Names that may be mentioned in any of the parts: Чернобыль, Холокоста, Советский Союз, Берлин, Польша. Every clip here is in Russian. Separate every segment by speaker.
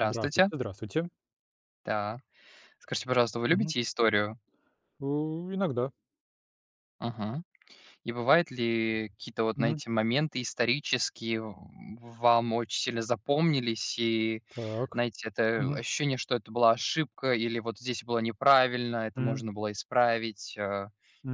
Speaker 1: Здравствуйте, здравствуйте.
Speaker 2: Да. Скажите, пожалуйста, вы
Speaker 1: Мгм.
Speaker 2: любите историю?
Speaker 1: Э, иногда.
Speaker 2: Мгм. И бывает ли какие-то вот,
Speaker 1: Мгм.
Speaker 2: знаете, моменты исторические в вам очень сильно запомнились, и,
Speaker 1: Так.
Speaker 2: знаете, это
Speaker 1: Мгм.
Speaker 2: ощущение, что это была ошибка или вот здесь было неправильно, это
Speaker 1: Мгм.
Speaker 2: можно было исправить,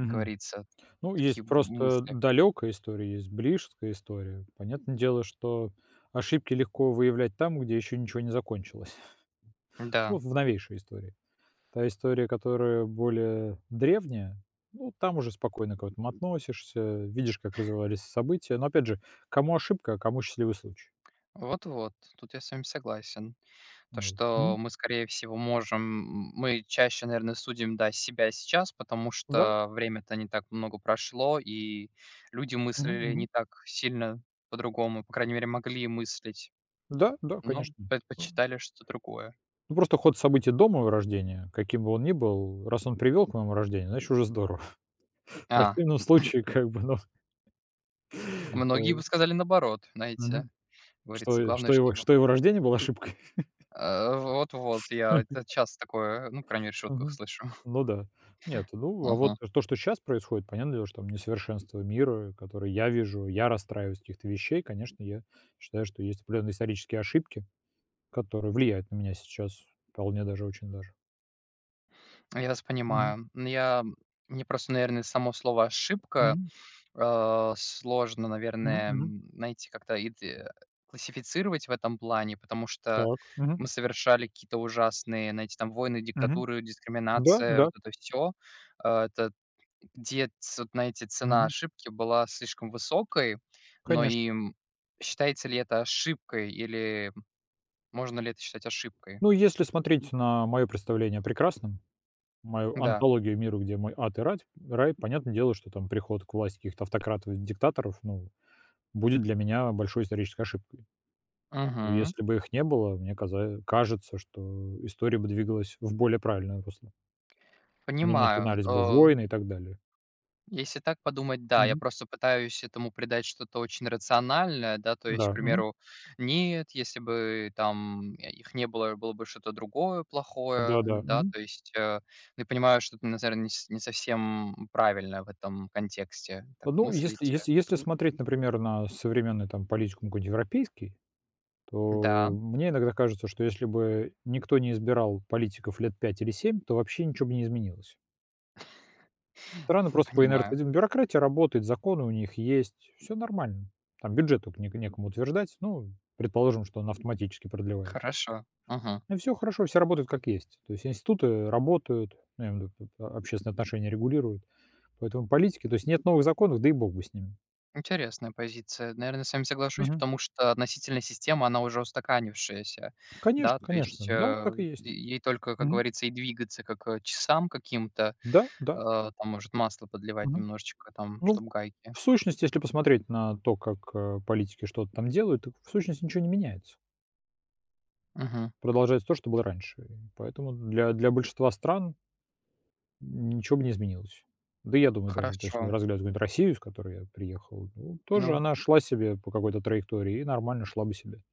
Speaker 2: как говорится,
Speaker 1: Ну, есть
Speaker 2: такие
Speaker 1: просто
Speaker 2: мысли?
Speaker 1: далекая история, есть близкая история. Понятное дело, что ошибки легко выявлять там, где еще ничего не закончилось.
Speaker 2: Да,
Speaker 1: Ну, в новейшей истории. Та история, которая более древняя, ну, там уже спокойно к этому относишься, видишь, как развивались события. Но опять же, кому ошибка, а кому счастливый случай.
Speaker 2: вот-вот, тут я с вами согласен. То,
Speaker 1: Вот.
Speaker 2: что
Speaker 1: Мгм.
Speaker 2: мы, скорее всего, мы чаще, наверное, судим, да, себя сейчас, потому
Speaker 1: Да,
Speaker 2: что время-то не так много прошло, и люди
Speaker 1: мгм.
Speaker 2: мыслили
Speaker 1: Мгм.
Speaker 2: не так сильно по-другому, по крайней мере, могли мыслить,
Speaker 1: Да, да,
Speaker 2: но
Speaker 1: конечно.
Speaker 2: предпочитали что-то другое.
Speaker 1: Ну, просто ход событий до моего рождения, каким бы он ни был, раз он привел к моему рождению, значит, уже здорово. В
Speaker 2: А,
Speaker 1: противном случае, как бы, ну,
Speaker 2: Многие
Speaker 1: э,
Speaker 2: бы сказали наоборот,
Speaker 1: мгм,
Speaker 2: знаете, говорится,
Speaker 1: что
Speaker 2: главное,
Speaker 1: что его
Speaker 2: чтобы
Speaker 1: что его рождение было ошибкой.
Speaker 2: Вот-вот, я это часто такое, ну, по крайней мере, в шутках
Speaker 1: Мгм.
Speaker 2: слышу.
Speaker 1: Ну да. Нет, ну, а вот
Speaker 2: Ага.
Speaker 1: то, что сейчас происходит, понятное дело, что там несовершенство мира, которое я вижу, я расстраиваюсь от каких-то вещей. Конечно, я считаю, что есть определенные исторические ошибки, которые влияют на меня сейчас вполне даже, очень даже.
Speaker 2: Я вас
Speaker 1: Мгм.
Speaker 2: понимаю. Я Мне просто, наверное, само слово "ошибка".
Speaker 1: Мгм.
Speaker 2: Сложно,
Speaker 1: Мгм.
Speaker 2: наверное,
Speaker 1: Мгм.
Speaker 2: знаете, классифицировать в этом плане, потому что
Speaker 1: Так. Мгм.
Speaker 2: мы совершали какие-то ужасные, знаете, там войны,
Speaker 1: Мгм.
Speaker 2: диктатуры,
Speaker 1: Да,
Speaker 2: дискриминация,
Speaker 1: да.
Speaker 2: вот это все. Это где, ц вот, знаете, цена
Speaker 1: Мгм.
Speaker 2: ошибки была слишком высокой, но
Speaker 1: Конечно.
Speaker 2: и, считается ли это ошибкой или можно ли это считать ошибкой?
Speaker 1: Ну, если смотреть на мое представление о прекрасном, мою
Speaker 2: Да.
Speaker 1: антологию миру, где мой ад и рать рай, понятное дело, что там приход к власти каких-то автократов и диктаторов, ну, будет для меня большой исторической ошибкой.
Speaker 2: Мгм.
Speaker 1: Если бы их не было, мне каза кажется, что история бы двигалась в более правильное русло. Не
Speaker 2: Понимаю.
Speaker 1: начинались бы войны и так далее.
Speaker 2: Если так подумать, да, я
Speaker 1: Мгм.
Speaker 2: просто пытаюсь этому придать что-то очень рациональное, да, то есть, к
Speaker 1: Да, мгм.
Speaker 2: примеру, нет, если бы там их не было, было бы что-то другое плохое,
Speaker 1: Да-да,
Speaker 2: да,
Speaker 1: мгм.
Speaker 2: то есть я понимаю, что это, наверное, не, не совсем правильно в этом контексте так
Speaker 1: Ну, если
Speaker 2: мыслить.
Speaker 1: если если смотреть, например, на современную там политику, ну, какой-нибудь европейский, то
Speaker 2: Да,
Speaker 1: мне иногда кажется, что если бы никто не избирал политиков лет 5 или 7, то вообще ничего бы не изменилось. Страны просто по
Speaker 2: понимаю.
Speaker 1: инерции, бюрократия работает, законы у них есть, все нормально. Там бюджет только не- некому утверждать, ну, предположим, что он автоматически продлевает.
Speaker 2: Хорошо. Мгм.
Speaker 1: И все хорошо, все работают как есть. То есть институты работают, ну, я имею в виду, общественные отношения регулируют. Поэтому политики, то есть нет новых законов, да и бог бы с ними.
Speaker 2: Интересная позиция. Наверное, с вами соглашусь,
Speaker 1: Мгм.
Speaker 2: потому что относительно система, она уже устаканившаяся,
Speaker 1: Конечно,
Speaker 2: да, то
Speaker 1: конечно,
Speaker 2: есть,
Speaker 1: да, так и есть.
Speaker 2: ей только, как
Speaker 1: Мгм.
Speaker 2: говорится, и двигаться, как, часам каким-то,
Speaker 1: Да, да.
Speaker 2: там, может, масло подливать
Speaker 1: Мгм.
Speaker 2: немножечко, там,
Speaker 1: Ну,
Speaker 2: чтобы гайки.
Speaker 1: в сущности, если посмотреть на то, как, политики что-то там делают, так в сущности ничего не меняется.
Speaker 2: Мгм.
Speaker 1: Продолжается то, что было раньше. И поэтому для большинства стран ничего бы не изменилось. Да и я думаю, даже вот если
Speaker 2: Хорошо.
Speaker 1: разглядывать какую-нибудь Россию, с которой я приехал, ну, тоже
Speaker 2: Ну,
Speaker 1: она шла себе по какой-то траектории и нормально шла бы себе.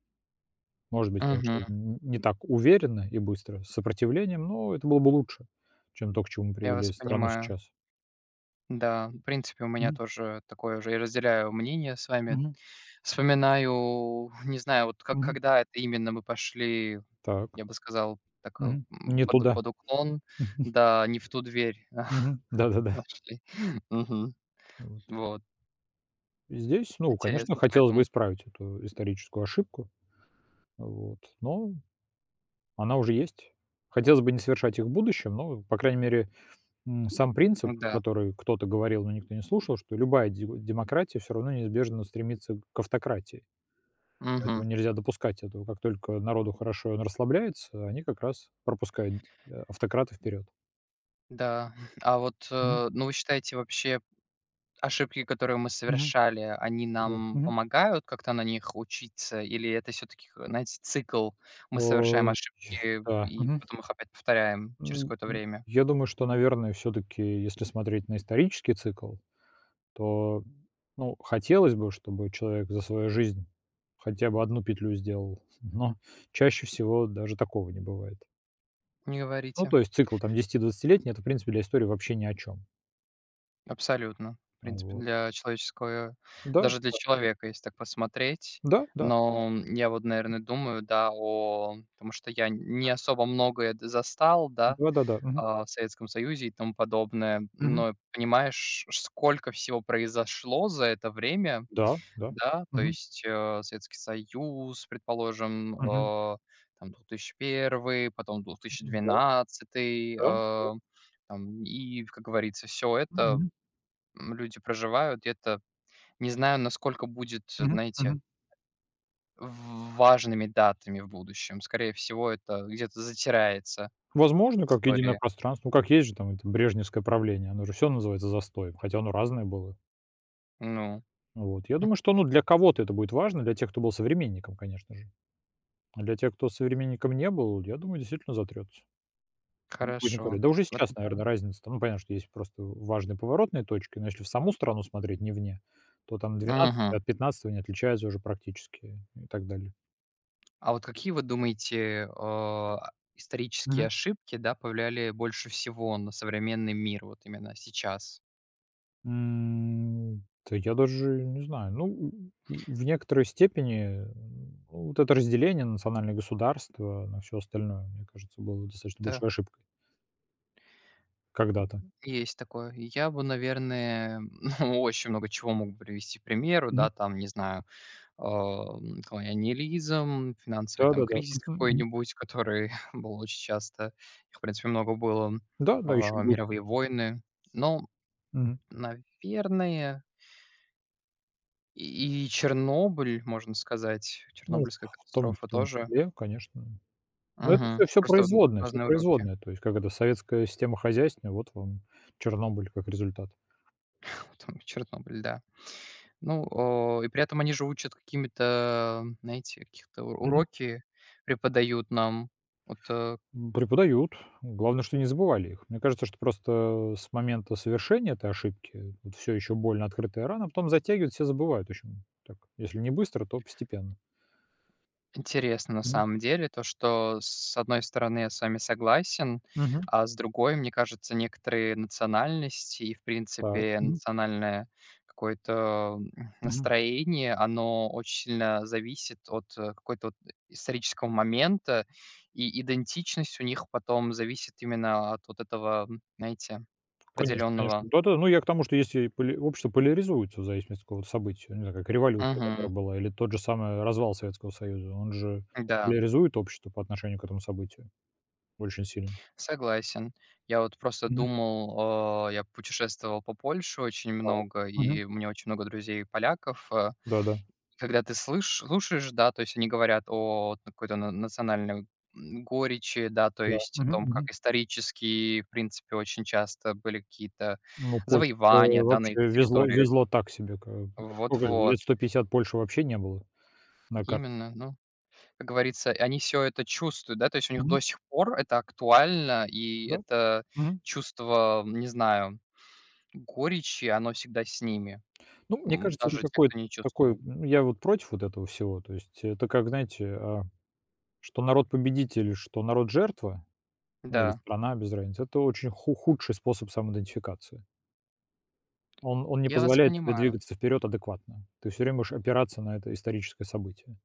Speaker 1: Может быть, конечно,
Speaker 2: мгм,
Speaker 1: н не так уверенно и быстро, с сопротивлением, но это было бы лучше, чем то, к чему мы
Speaker 2: я вас
Speaker 1: привели страну
Speaker 2: понимаю.
Speaker 1: сейчас.
Speaker 2: Да, в принципе, у меня
Speaker 1: Мгм.
Speaker 2: тоже такое же. Я разделяю мнение с вами.
Speaker 1: Мгм.
Speaker 2: Вспоминаю, не знаю, вот как
Speaker 1: Мгм.
Speaker 2: когда это именно мы пошли.
Speaker 1: Так.
Speaker 2: Я бы сказал, так,
Speaker 1: Мгм. Не
Speaker 2: под
Speaker 1: туда.
Speaker 2: под уклон. Да, не в ту дверь
Speaker 1: Да-да-да.
Speaker 2: вошли. Мгм.
Speaker 1: Вот.
Speaker 2: Вот.
Speaker 1: И здесь, ну, конечно,
Speaker 2: Интересно
Speaker 1: хотелось бы
Speaker 2: поэтому.
Speaker 1: исправить эту историческую ошибку, вот, но она уже есть. Хотелось бы не совершать их в будущем, но, по крайней мере, сам принцип,
Speaker 2: Да.
Speaker 1: который кто-то говорил, но никто не слушал, что любая де- демократия все равно неизбежно стремится к автократии. Поэтому
Speaker 2: Мгм.
Speaker 1: нельзя допускать этого. Как только народу хорошо и он расслабляется, они как раз пропускают автократы вперед.
Speaker 2: Да. А вот,
Speaker 1: Мгм.
Speaker 2: ну, вы считаете, вообще ошибки, которые мы
Speaker 1: Мгм.
Speaker 2: совершали, они
Speaker 1: Да.
Speaker 2: нам
Speaker 1: Мгм.
Speaker 2: помогают как-то на них учиться? Или это все таки, знаете, цикл? Мы совершаем
Speaker 1: Ой,
Speaker 2: ошибки
Speaker 1: да.
Speaker 2: и
Speaker 1: Мгм.
Speaker 2: потом их опять повторяем через
Speaker 1: М,
Speaker 2: какое-то
Speaker 1: и
Speaker 2: время?
Speaker 1: я думаю, что, наверное, все таки если смотреть на исторический цикл, то, ну, хотелось бы, чтобы человек за свою жизнь хотя бы одну петлю сделал, но чаще всего даже такого не бывает.
Speaker 2: Не
Speaker 1: Ну,
Speaker 2: говорите.
Speaker 1: то есть цикл там десяти-двадцатилетний это, в принципе, для истории вообще ни о чем.
Speaker 2: Абсолютно. В принципе,
Speaker 1: Вот.
Speaker 2: для человеческого
Speaker 1: Да,
Speaker 2: даже для человека, если так посмотреть.
Speaker 1: да, да,
Speaker 2: Но я вот, наверное, думаю, да, о потому что я не особо многое д застал, да,
Speaker 1: да-да-да. Мгм.
Speaker 2: в Советском Союзе и тому подобное.
Speaker 1: Мгм.
Speaker 2: Но понимаешь, сколько всего произошло за это время,
Speaker 1: Да, да.
Speaker 2: да. То
Speaker 1: Мгм.
Speaker 2: есть, Советский Союз, предположим,
Speaker 1: Мгм.
Speaker 2: там 2001, потом
Speaker 1: Да,
Speaker 2: 2012,
Speaker 1: да, да.
Speaker 2: там и, как говорится, все это
Speaker 1: Мгм.
Speaker 2: люди проживают. И это не знаю, насколько будет,
Speaker 1: Мгм.
Speaker 2: знаете,
Speaker 1: Мгм.
Speaker 2: в важными датами в будущем. Скорее всего, это где-то затирается
Speaker 1: Возможно, как единое
Speaker 2: история.
Speaker 1: пространство. Ну, как есть же там это брежневское правление. Оно же все называется застоем, хотя оно разное было.
Speaker 2: Ну,
Speaker 1: Вот. Я думаю, что, ну, для кого-то это будет важно, для тех, кто был современником, конечно же. А для тех, кто современником не был, я думаю, действительно затрется. Не будет никакой.
Speaker 2: хорошо.
Speaker 1: Да уже
Speaker 2: Вот
Speaker 1: сейчас,
Speaker 2: так.
Speaker 1: наверное, разница там. Ну, понятно, что есть просто важные поворотные точки, но если в саму страну смотреть, не вне, то там 12
Speaker 2: Мгм.
Speaker 1: от 15 не отличаются уже практически и так далее.
Speaker 2: А вот какие, вы думаете, исторические ошибки, да, повлияли больше всего на современный мир вот именно сейчас?
Speaker 1: М, да я даже не знаю. Ну, в некоторой степени, вот это разделение на национальные государства, на все остальное, мне кажется, было достаточно
Speaker 2: Да,
Speaker 1: большой ошибкой когда-то.
Speaker 2: есть такое. Я бы, наверное, ну, очень много чего мог бы привести к примеру,
Speaker 1: Мгм.
Speaker 2: да, там, не знаю, колониализм, финансовый там
Speaker 1: Да-да-да.
Speaker 2: кризис
Speaker 1: Мгм, мгм.
Speaker 2: какой-нибудь, который был очень часто, их, в принципе, много было,
Speaker 1: Да-да, еще будут.
Speaker 2: мировые войны. Но,
Speaker 1: Мгм.
Speaker 2: наверное, и Чернобыль, можно сказать,
Speaker 1: Ну,
Speaker 2: чернобыльская
Speaker 1: в том в
Speaker 2: катастрофа
Speaker 1: том
Speaker 2: тоже.
Speaker 1: числе, конечно. Но это
Speaker 2: Мгм.
Speaker 1: все всё
Speaker 2: Просто вот
Speaker 1: производное, все
Speaker 2: разные уроки.
Speaker 1: производное. То есть, как это, советская система хозяйственная, вот вам Чернобыль как результат.
Speaker 2: Там Чернобыль, да. Ну, и при этом они же учат какими-то, знаете, каких-то у уроки преподают нам. Вот,
Speaker 1: Преподают. Главное, что не забывали их. Мне кажется, что просто с момента совершения этой ошибки вот всё еще больно открытая рана, а потом затягивают, все забывают в общем. Так. Если не быстро, то постепенно.
Speaker 2: интересно на
Speaker 1: М,
Speaker 2: самом деле то, что, с одной стороны, я с вами согласен,
Speaker 1: мгм.
Speaker 2: а с другой, мне кажется, некоторые национальности и, в
Speaker 1: Так.
Speaker 2: принципе,
Speaker 1: Мгм.
Speaker 2: национальное какое-то
Speaker 1: Мгм.
Speaker 2: настроение, оно очень сильно зависит от какой-то вот исторического момента, и идентичность у них потом зависит именно от вот этого, знаете,
Speaker 1: Конечно, конечно.
Speaker 2: определенного.
Speaker 1: Да-да, ну, я к тому, что есть поли общество поляризуется в зависимости от какого-то события. Не знаю, как революция,
Speaker 2: Мгм.
Speaker 1: которая была, или тот же самый развал Советского Союза. Он же
Speaker 2: Да.
Speaker 1: поляризует общество по отношению к этому событию очень сильно.
Speaker 2: Согласен. Я вот просто
Speaker 1: Мгм.
Speaker 2: думал, я путешествовал по Польше очень
Speaker 1: Так.
Speaker 2: много,
Speaker 1: Мгм.
Speaker 2: и у меня очень много друзей поляков.
Speaker 1: Да-да,
Speaker 2: Когда ты слушаешь, да, то есть они говорят о какой-то национальной горечи, да, то
Speaker 1: да.
Speaker 2: есть о
Speaker 1: Мгм.
Speaker 2: том,
Speaker 1: Мгм.
Speaker 2: как исторически, в принципе, очень часто были какие-то
Speaker 1: Ну, Польша
Speaker 2: завоевания, да, на их
Speaker 1: вообще везло
Speaker 2: территории.
Speaker 1: везло так себе. Ка сколько лет
Speaker 2: Вот-вот,
Speaker 1: 150 Польши вообще не было на карте.
Speaker 2: именно, ну, как говорится, они все это чувствуют, да, то есть у них
Speaker 1: Мгм.
Speaker 2: до сих пор это актуально, и
Speaker 1: Да.
Speaker 2: это
Speaker 1: Мгм.
Speaker 2: чувство, не знаю, горечи, оно всегда с ними,
Speaker 1: Ну, мне кажется, это
Speaker 2: даже те,
Speaker 1: какой-то
Speaker 2: кто не
Speaker 1: такой
Speaker 2: чувствовал.
Speaker 1: ну, я вот против вот этого всего. То есть это как, знаете, что народ-победитель, что народ-жертва, ну, или
Speaker 2: Да,
Speaker 1: страна, без разницы, это очень ху худший способ самоидентификации. Он не
Speaker 2: я вас
Speaker 1: позволяет тебе
Speaker 2: понимаю.
Speaker 1: двигаться вперед адекватно. Ты все время будешь опираться на это историческое событие.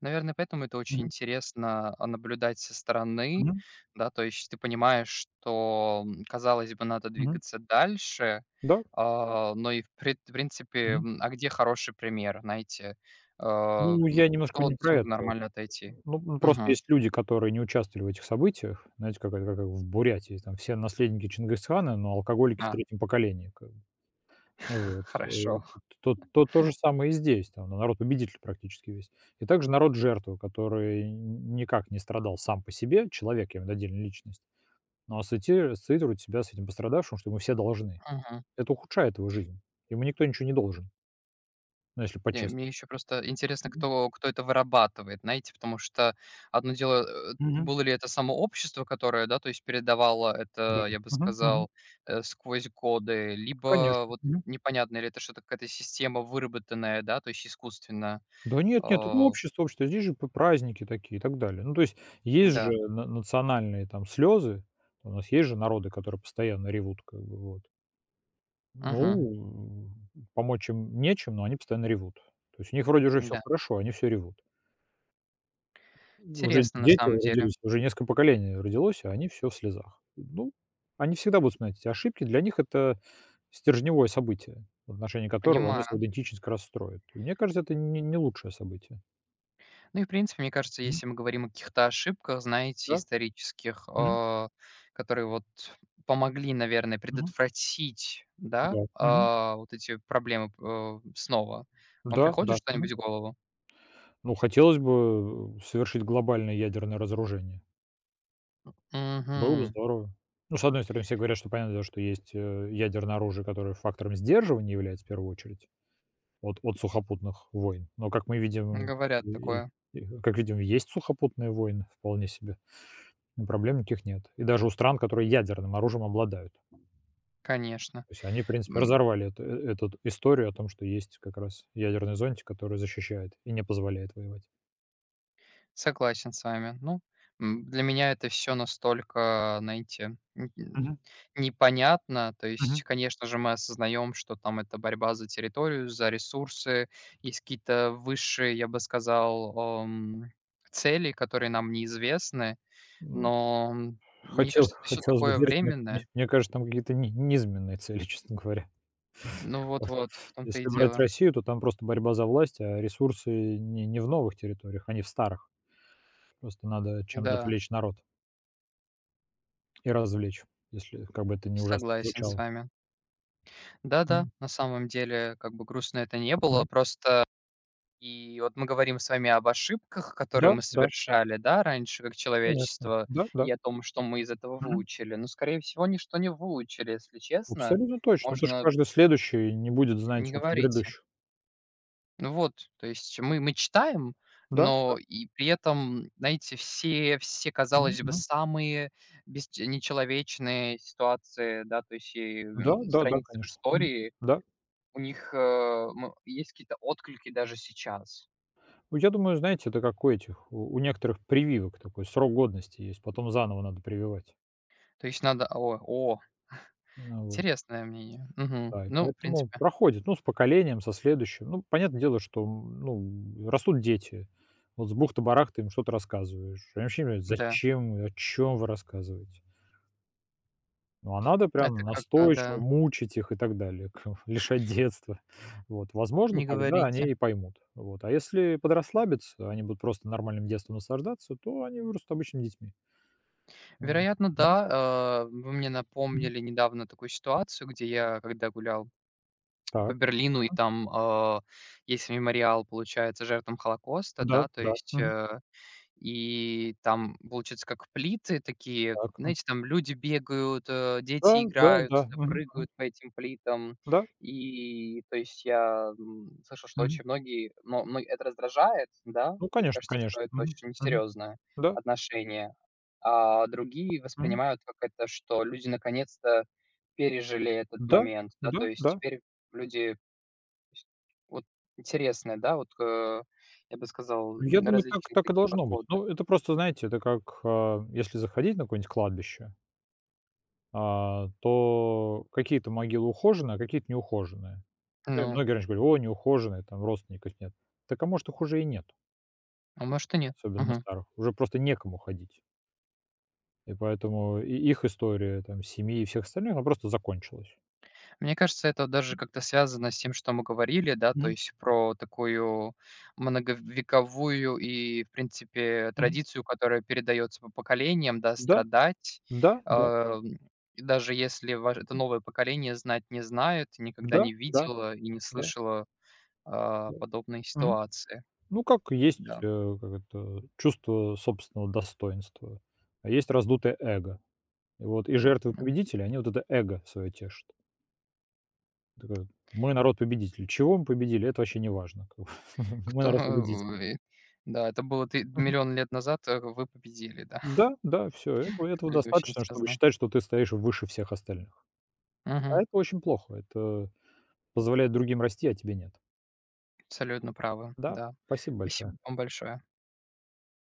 Speaker 2: Наверное, поэтому это очень
Speaker 1: Мгм.
Speaker 2: интересно, наблюдать со стороны,
Speaker 1: Мгм.
Speaker 2: да. То есть ты понимаешь, что, казалось бы, надо
Speaker 1: Мгм.
Speaker 2: двигаться дальше,
Speaker 1: Да.
Speaker 2: но и в принципе,
Speaker 1: Мгм.
Speaker 2: где хороший пример, знаете?
Speaker 1: Ну, я немножко
Speaker 2: Кто
Speaker 1: не про
Speaker 2: смог
Speaker 1: это.
Speaker 2: нормально отойти?
Speaker 1: Ну, просто
Speaker 2: Мгм.
Speaker 1: есть люди, которые не участвовали в этих событиях. Знаете, как это как в Бурятии, там все наследники Чингисхана, но алкоголики в
Speaker 2: А,
Speaker 1: третьем поколении, как бы. Ну вот.
Speaker 2: Хорошо.
Speaker 1: То, то же самое и здесь, там народ-победитель практически весь. И также народ-жертва, который никак не страдал сам по себе, человек, я имею в виду отдельная личность, но ассоци- ассоциирует себя с этим пострадавшим, что ему все должны. Это ухудшает его жизнь. Ему никто ничего не должен, ну, если
Speaker 2: Не,
Speaker 1: по-честному.
Speaker 2: мне еще просто интересно,
Speaker 1: Мгм.
Speaker 2: кто это вырабатывает, знаете, потому что одно дело, было ли это само общество, которое, да, то есть передавало
Speaker 1: Да.
Speaker 2: это, я бы
Speaker 1: Мгм. Мгм.
Speaker 2: сказал, сквозь годы,
Speaker 1: Конечно.
Speaker 2: либо вот непонятно, ли это что-то, какая-то система выработанная, да, то есть искусственно.
Speaker 1: Да нет, нет, это
Speaker 2: Э,
Speaker 1: общество. Здесь же п праздники такие и так далее. Ну, то есть есть же
Speaker 2: да.
Speaker 1: на национальные там слезы. У нас есть же народы, которые постоянно ревут, как бы вот.
Speaker 2: Мгм.
Speaker 1: Ну, помочь им нечем, но они постоянно ревут. То есть у них вроде уже все
Speaker 2: Да.
Speaker 1: хорошо, они все ревут. Уже
Speaker 2: Интересно на
Speaker 1: дети
Speaker 2: самом деле.
Speaker 1: родились, уже несколько поколений родилось, а они все в слезах. Ну, они всегда будут вспоминать эти ошибки. Для них это стержневое событие, в отношении которого они свою
Speaker 2: Понимаю.
Speaker 1: идентичность как раз строят. И мне кажется, это не лучшее событие.
Speaker 2: Ну и, в принципе, мне кажется,
Speaker 1: М,
Speaker 2: если мы говорим о каких-то ошибках, знаете,
Speaker 1: да.
Speaker 2: исторических,
Speaker 1: Мгм.
Speaker 2: которые вот помогли, наверное,
Speaker 1: Мгм.
Speaker 2: предотвратить, да,
Speaker 1: Да. Мгм.
Speaker 2: вот эти проблемы, снова. Вам
Speaker 1: Да,
Speaker 2: приходит
Speaker 1: да. Мгм.
Speaker 2: что-нибудь в голову?
Speaker 1: Ну, хотелось бы, совершить глобальное ядерное разоружение. Было бы
Speaker 2: Мгм.
Speaker 1: здорово. Ну, с одной стороны, все говорят, что понятно, дело, что есть, ядерное оружие, которое фактором сдерживания является в первую очередь от сухопутных войн. Но, как мы видим,
Speaker 2: Говорят
Speaker 1: и
Speaker 2: такое.
Speaker 1: и как видим, есть сухопутные войны вполне себе, и проблем никаких нет. И даже у стран, которые ядерным оружием обладают.
Speaker 2: Конечно.
Speaker 1: То есть они, в принципе,
Speaker 2: М,
Speaker 1: разорвали эту эту историю о том, что есть как раз ядерный зонтик, который защищает и не позволяет воевать.
Speaker 2: Согласен с вами. Ну, для меня это все настолько, знаете,
Speaker 1: Мгм.
Speaker 2: непонятно. То
Speaker 1: Мгм.
Speaker 2: есть, конечно же, мы осознаем, что там это борьба за территорию, за ресурсы. Есть какие-то высшие, я бы сказал, цели, которые нам неизвестны.
Speaker 1: М,
Speaker 2: Но, мне кажется, это все
Speaker 1: хотелось бы
Speaker 2: такое
Speaker 1: верить, мне мне
Speaker 2: временное.
Speaker 1: мне кажется, там какие-то не низменные цели, честно говоря.
Speaker 2: Ну
Speaker 1: Вот.
Speaker 2: вот-вот, в том-то и
Speaker 1: Если брать
Speaker 2: дело.
Speaker 1: Россию, то там просто борьба за власть, а ресурсы не в новых территориях, они в старых. Просто надо чем-то
Speaker 2: Да,
Speaker 1: отвлечь народ и развлечь, если как бы это не ужасно
Speaker 2: согласен с
Speaker 1: звучало.
Speaker 2: вами. Да-да,
Speaker 1: М,
Speaker 2: на самом деле, как бы грустно это не было,
Speaker 1: м.
Speaker 2: просто. И вот мы говорим с вами об ошибках, которые
Speaker 1: Да,
Speaker 2: мы
Speaker 1: да,
Speaker 2: совершали, да, раньше как
Speaker 1: конечно.
Speaker 2: человечество,
Speaker 1: Да, да.
Speaker 2: и о том, что мы из этого
Speaker 1: Мгм.
Speaker 2: выучили. Но, скорее всего, ничто не выучили, если честно.
Speaker 1: Абсолютно точно, потому что
Speaker 2: Можно
Speaker 1: каждый следующий не будет знать
Speaker 2: Не
Speaker 1: опыт
Speaker 2: говорите.
Speaker 1: грядущих.
Speaker 2: Ну вот, то есть мы читаем,
Speaker 1: Да.
Speaker 2: но и при этом, знаете, все,
Speaker 1: Мгм,
Speaker 2: казалось бы,
Speaker 1: мгм.
Speaker 2: самые нечеловечные ситуации, да, то есть и,
Speaker 1: Да, да, да,
Speaker 2: страницы в
Speaker 1: конечно. Мгм.
Speaker 2: истории,
Speaker 1: Да.
Speaker 2: у них есть какие-то отклики даже сейчас.
Speaker 1: Ну, я думаю, знаете, это как у этих, у некоторых прививок такой срок годности есть, потом заново надо прививать.
Speaker 2: То есть надо.
Speaker 1: Ну вот,
Speaker 2: Интересное мнение. Мгм.
Speaker 1: да, и
Speaker 2: Ну, в
Speaker 1: поэтому
Speaker 2: принципе,
Speaker 1: проходит, ну, с поколением, со следующим. Ну, понятное дело, что, ну, растут дети. Вот с бухты-барахты им что-то рассказываешь. Они вообще не понимают,
Speaker 2: да.
Speaker 1: зачем, и о чем вы рассказываете. Ну, а надо
Speaker 2: Это
Speaker 1: прям
Speaker 2: как,
Speaker 1: настойчиво
Speaker 2: да,
Speaker 1: мучить их и так далее, как лишать детства. Вот, возможно,
Speaker 2: не
Speaker 1: тогда они
Speaker 2: говорите.
Speaker 1: и поймут. Вот, а если подрасслабиться, они будут просто нормальным детством наслаждаться, то они вырастут обычными детьми. Ам,
Speaker 2: Вероятно,
Speaker 1: мгм,
Speaker 2: да. Вы мне
Speaker 1: мгм.
Speaker 2: напомнили недавно такую ситуацию, где я, когда гулял по
Speaker 1: Так,
Speaker 2: Берлину, и
Speaker 1: ага.
Speaker 2: там, есть мемориал, получается, жертвам Холокоста,
Speaker 1: Да,
Speaker 2: да, то
Speaker 1: да,
Speaker 2: есть,
Speaker 1: мгм.
Speaker 2: э И там, получается, как плиты такие.
Speaker 1: Так. М.
Speaker 2: Знаете, там люди бегают,
Speaker 1: Да,
Speaker 2: дети
Speaker 1: да,
Speaker 2: играют,
Speaker 1: да. Мгм, мгм.
Speaker 2: прыгают по этим плитам.
Speaker 1: Да.
Speaker 2: И то есть я, слышал, что
Speaker 1: Мгм.
Speaker 2: очень многие, но мно это раздражает, да,
Speaker 1: Ну,
Speaker 2: и
Speaker 1: конечно,
Speaker 2: кажется, что
Speaker 1: конечно.
Speaker 2: это
Speaker 1: Мгм,
Speaker 2: очень
Speaker 1: мгм.
Speaker 2: несерьезное
Speaker 1: Да.
Speaker 2: отношение. А другие
Speaker 1: Мгм.
Speaker 2: воспринимают как это, что люди наконец-то пережили этот
Speaker 1: Да,
Speaker 2: момент, да,
Speaker 1: да,
Speaker 2: то есть
Speaker 1: да.
Speaker 2: теперь люди с вот интересные, да, вот, я бы сказал,
Speaker 1: Ну, я думаю, так
Speaker 2: различные
Speaker 1: так и
Speaker 2: такие
Speaker 1: должно быть.
Speaker 2: подходы.
Speaker 1: Ну, это просто, знаете, это как, если заходить на какое-нибудь кладбище, то какие-то могилы ухоженные, а какие-то неухоженные.
Speaker 2: Ну,
Speaker 1: Многие раньше говорили: "О, неухоженные, там родственников нет". Так а может их уже и нет,
Speaker 2: а может и нет.
Speaker 1: особенно на
Speaker 2: Мгм.
Speaker 1: старых. Уже просто некому ходить. И поэтому и их история, там, семьи и всех остальных, она просто закончилась.
Speaker 2: Мне кажется, это даже как-то связано с тем, что мы говорили, да, то
Speaker 1: Мгм.
Speaker 2: есть про такую многовековую и, в принципе,
Speaker 1: Мгм.
Speaker 2: традицию, которая передается по поколениям, да,
Speaker 1: Да,
Speaker 2: страдать.
Speaker 1: да, да,
Speaker 2: Э, и даже если ваш это новое поколение знать не знает, никогда
Speaker 1: да,
Speaker 2: не
Speaker 1: да,
Speaker 2: видела и не
Speaker 1: да,
Speaker 2: слышала,
Speaker 1: да.
Speaker 2: подобной
Speaker 1: Мгм.
Speaker 2: ситуации.
Speaker 1: Ну, как есть,
Speaker 2: Да.
Speaker 1: как это, чувство собственного достоинства, а есть раздутое эго. И вот и жертвы
Speaker 2: Ну,
Speaker 1: победителей, они вот это эго свое тешат. Такое: "Мы народ победитель, чего мы победили, это вообще не важно, как бы. Мы
Speaker 2: кто,
Speaker 1: народ победитель.
Speaker 2: да, это было ты миллион лет назад, вы победили, да.
Speaker 1: Да, да, все, этого
Speaker 2: Люди очень
Speaker 1: достаточно, чтобы
Speaker 2: связаны.
Speaker 1: считать, что ты стоишь выше всех остальных. А
Speaker 2: Мгм.
Speaker 1: это очень плохо. Это позволяет другим расти, а тебе нет.
Speaker 2: Абсолютно правы,
Speaker 1: Да,
Speaker 2: да.
Speaker 1: спасибо большое.
Speaker 2: Спасибо вам большое.